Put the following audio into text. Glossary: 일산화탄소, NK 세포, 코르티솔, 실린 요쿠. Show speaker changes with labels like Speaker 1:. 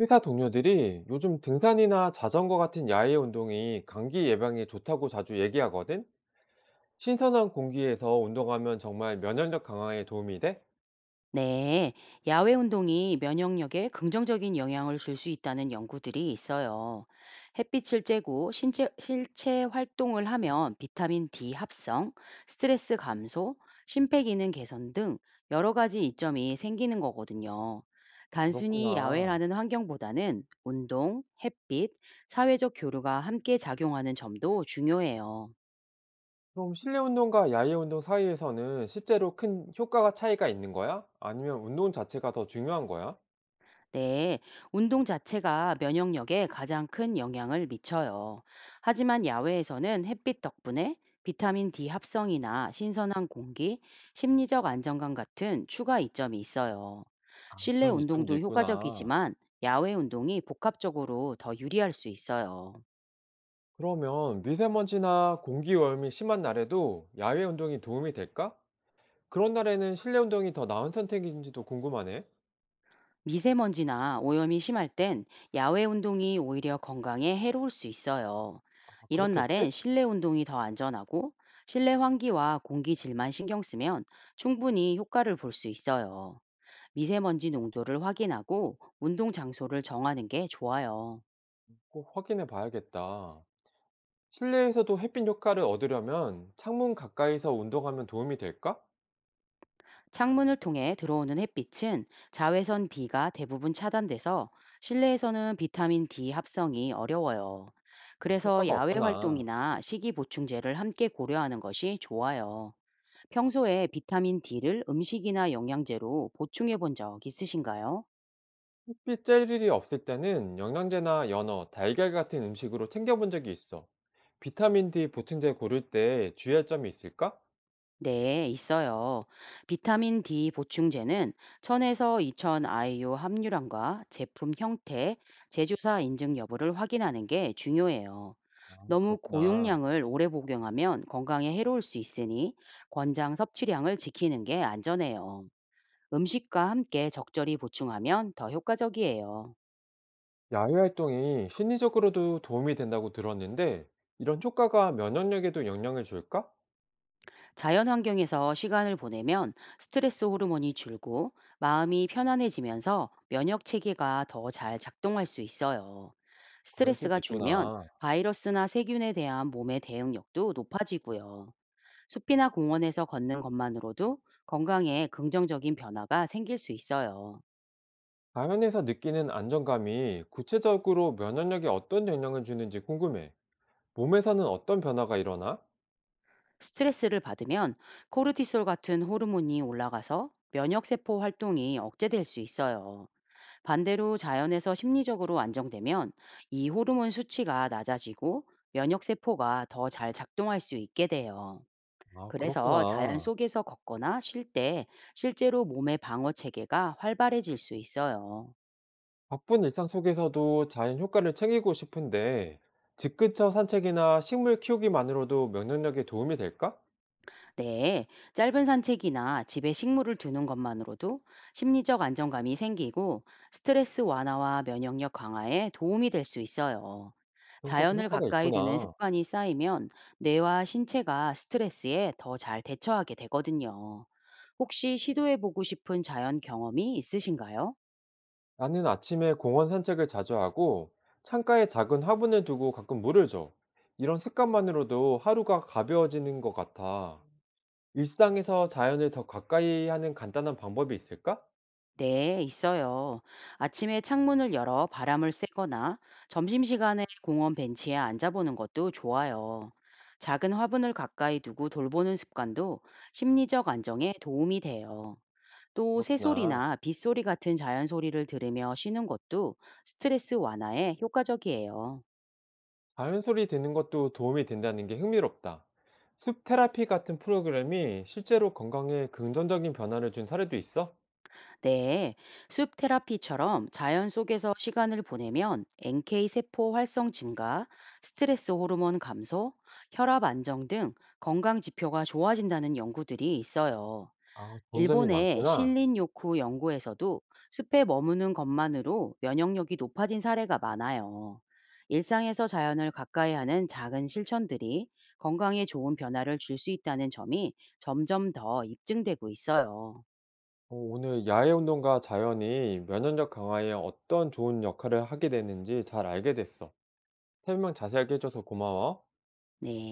Speaker 1: 회사 동료들이 요즘 등산이나 자전거 같은 야외 운동이 감기 예방에 좋다고 자주 얘기하거든? 신선한 공기에서 운동하면 정말 면역력 강화에 도움이 돼?
Speaker 2: 네, 야외 운동이 면역력에 긍정적인 영향을 줄 수 있다는 연구들이 있어요. 햇빛을 쬐고 실체 활동을 하면 비타민 D 합성, 스트레스 감소, 심폐 기능 개선 등 여러 가지 이점이 생기는 거거든요. 단순히
Speaker 1: 그렇구나.
Speaker 2: 야외라는 환경보다는 운동, 햇빛, 사회적 교류가 함께 작용하는 점도 중요해요.
Speaker 1: 그럼 실내 운동과 야외 운동 사이에서는 실제로 큰 효과가 차이가 있는 거야? 아니면 운동 자체가 더 중요한 거야?
Speaker 2: 네, 운동 자체가 면역력에 가장 큰 영향을 미쳐요. 하지만 야외에서는 햇빛 덕분에 비타민 D 합성이나 신선한 공기, 심리적 안정감 같은 추가 이점이 있어요.
Speaker 1: 아,
Speaker 2: 실내
Speaker 1: 그런 이점도
Speaker 2: 운동도
Speaker 1: 있구나.
Speaker 2: 효과적이지만 야외 운동이 복합적으로 더 유리할 수 있어요.
Speaker 1: 그러면 미세먼지나 공기 오염이 심한 날에도 야외 운동이 도움이 될까? 그런 날에는 실내 운동이 더 나은 선택인지도 궁금하네.
Speaker 2: 미세먼지나 오염이 심할 땐 야외 운동이 오히려 건강에 해로울 수 있어요.
Speaker 1: 아,
Speaker 2: 이런
Speaker 1: 그렇겠지?
Speaker 2: 날엔 실내 운동이 더 안전하고 실내 환기와 공기 질만 신경 쓰면 충분히 효과를 볼 수 있어요. 미세먼지 농도를 확인하고 운동 장소를 정하는 게 좋아요.
Speaker 1: 꼭 확인해 봐야겠다. 실내에서도 햇빛 효과를 얻으려면 창문 가까이서 운동하면 도움이 될까?
Speaker 2: 창문을 통해 들어오는 햇빛은 자외선 B가 대부분 차단돼서 실내에서는 비타민 D 합성이 어려워요. 그래서
Speaker 1: 효과가
Speaker 2: 야외
Speaker 1: 없구나.
Speaker 2: 활동이나 식이 보충제를 함께 고려하는 것이 좋아요. 평소에 비타민 D를 음식이나 영양제로 보충해 본 적 있으신가요?
Speaker 1: 햇빛 쬐일 일이 없을 때는 영양제나 연어, 달걀 같은 음식으로 챙겨본 적이 있어. 비타민 D 보충제 고를 때 주의할 점이 있을까?
Speaker 2: 네, 있어요. 비타민 D 보충제는 1000에서 2000 IU 함유량과 제품 형태, 제조사 인증 여부를 확인하는 게 중요해요.
Speaker 1: 아,
Speaker 2: 너무
Speaker 1: 그렇구나.
Speaker 2: 고용량을 오래 복용하면 건강에 해로울 수 있으니 권장 섭취량을 지키는 게 안전해요. 음식과 함께 적절히 보충하면 더 효과적이에요.
Speaker 1: 야외 활동이 심리적으로도 도움이 된다고 들었는데, 이런 효과가 면역력에도 영향을 줄까?
Speaker 2: 자연 환경에서 시간을 보내면 스트레스 호르몬이 줄고 마음이 편안해지면서 면역 체계가 더 잘 작동할 수 있어요.
Speaker 1: 그럴 수도
Speaker 2: 스트레스가 줄면
Speaker 1: 있구나.
Speaker 2: 바이러스나 세균에 대한 몸의 대응력도 높아지고요. 숲이나 공원에서 걷는 것만으로도 건강에 긍정적인 변화가 생길 수 있어요.
Speaker 1: 자연에서 느끼는 안정감이 구체적으로 면역력에 어떤 영향을 주는지 궁금해. 몸에서는 어떤 변화가 일어나?
Speaker 2: 스트레스를 받으면 코르티솔 같은 호르몬이 올라가서 면역세포 활동이 억제될 수 있어요. 반대로 자연에서 심리적으로 안정되면 이 호르몬 수치가 낮아지고 면역세포가 더 잘 작동할 수 있게 돼요.
Speaker 1: 아,
Speaker 2: 그래서 자연
Speaker 1: 그렇구나.
Speaker 2: 속에서 걷거나 쉴 때 실제로 몸의 방어 체계가 활발해질 수 있어요.
Speaker 1: 바쁜 일상 속에서도 자연 효과를 챙기고 싶은데, 집 근처 산책이나 식물 키우기만으로도 면역력에 도움이 될까?
Speaker 2: 네, 짧은 산책이나 집에 식물을 두는 것만으로도 심리적 안정감이 생기고 스트레스 완화와 면역력 강화에 도움이 될 수 있어요.
Speaker 1: 그런 것도
Speaker 2: 자연을
Speaker 1: 효과가
Speaker 2: 가까이 두는
Speaker 1: 있구나.
Speaker 2: 습관이 쌓이면 뇌와 신체가 스트레스에 더 잘 대처하게 되거든요. 혹시 시도해보고 싶은 자연 경험이 있으신가요?
Speaker 1: 나는 아침에 공원 산책을 자주 하고, 창가에 작은 화분을 두고 가끔 물을 줘. 이런 습관만으로도 하루가 가벼워지는 것 같아. 일상에서 자연을 더 가까이 하는 간단한 방법이 있을까?
Speaker 2: 네, 있어요. 아침에 창문을 열어 바람을 쐬거나 점심시간에 공원 벤치에 앉아보는 것도 좋아요. 작은 화분을 가까이 두고 돌보는 습관도 심리적 안정에 도움이 돼요. 또
Speaker 1: 그렇구나.
Speaker 2: 새소리나 빗소리 같은 자연 소리를 들으며 쉬는 것도 스트레스 완화에 효과적이에요.
Speaker 1: 자연 소리 듣는 것도 도움이 된다는 게 흥미롭다. 숲 테라피 같은 프로그램이 실제로 건강에 긍정적인 변화를 준 사례도 있어?
Speaker 2: 네, 숲 테라피처럼 자연 속에서 시간을 보내면 NK 세포 활성 증가, 스트레스 호르몬 감소, 혈압 안정 등 건강 지표가 좋아진다는 연구들이 있어요.
Speaker 1: 아, 좋은 점이
Speaker 2: 일본의
Speaker 1: 많구나.
Speaker 2: 실린 요쿠 연구에서도 숲에 머무는 것만으로 면역력이 높아진 사례가 많아요. 일상에서 자연을 가까이 하는 작은 실천들이 건강에 좋은 변화를 줄 수 있다는 점이 점점 더 입증되고 있어요.
Speaker 1: 오늘 야외 운동과 자연이 면역력 강화에 어떤 좋은 역할을 하게 되는지 잘 알게 됐어. 설명 자세하게 해줘서 고마워.
Speaker 2: 네.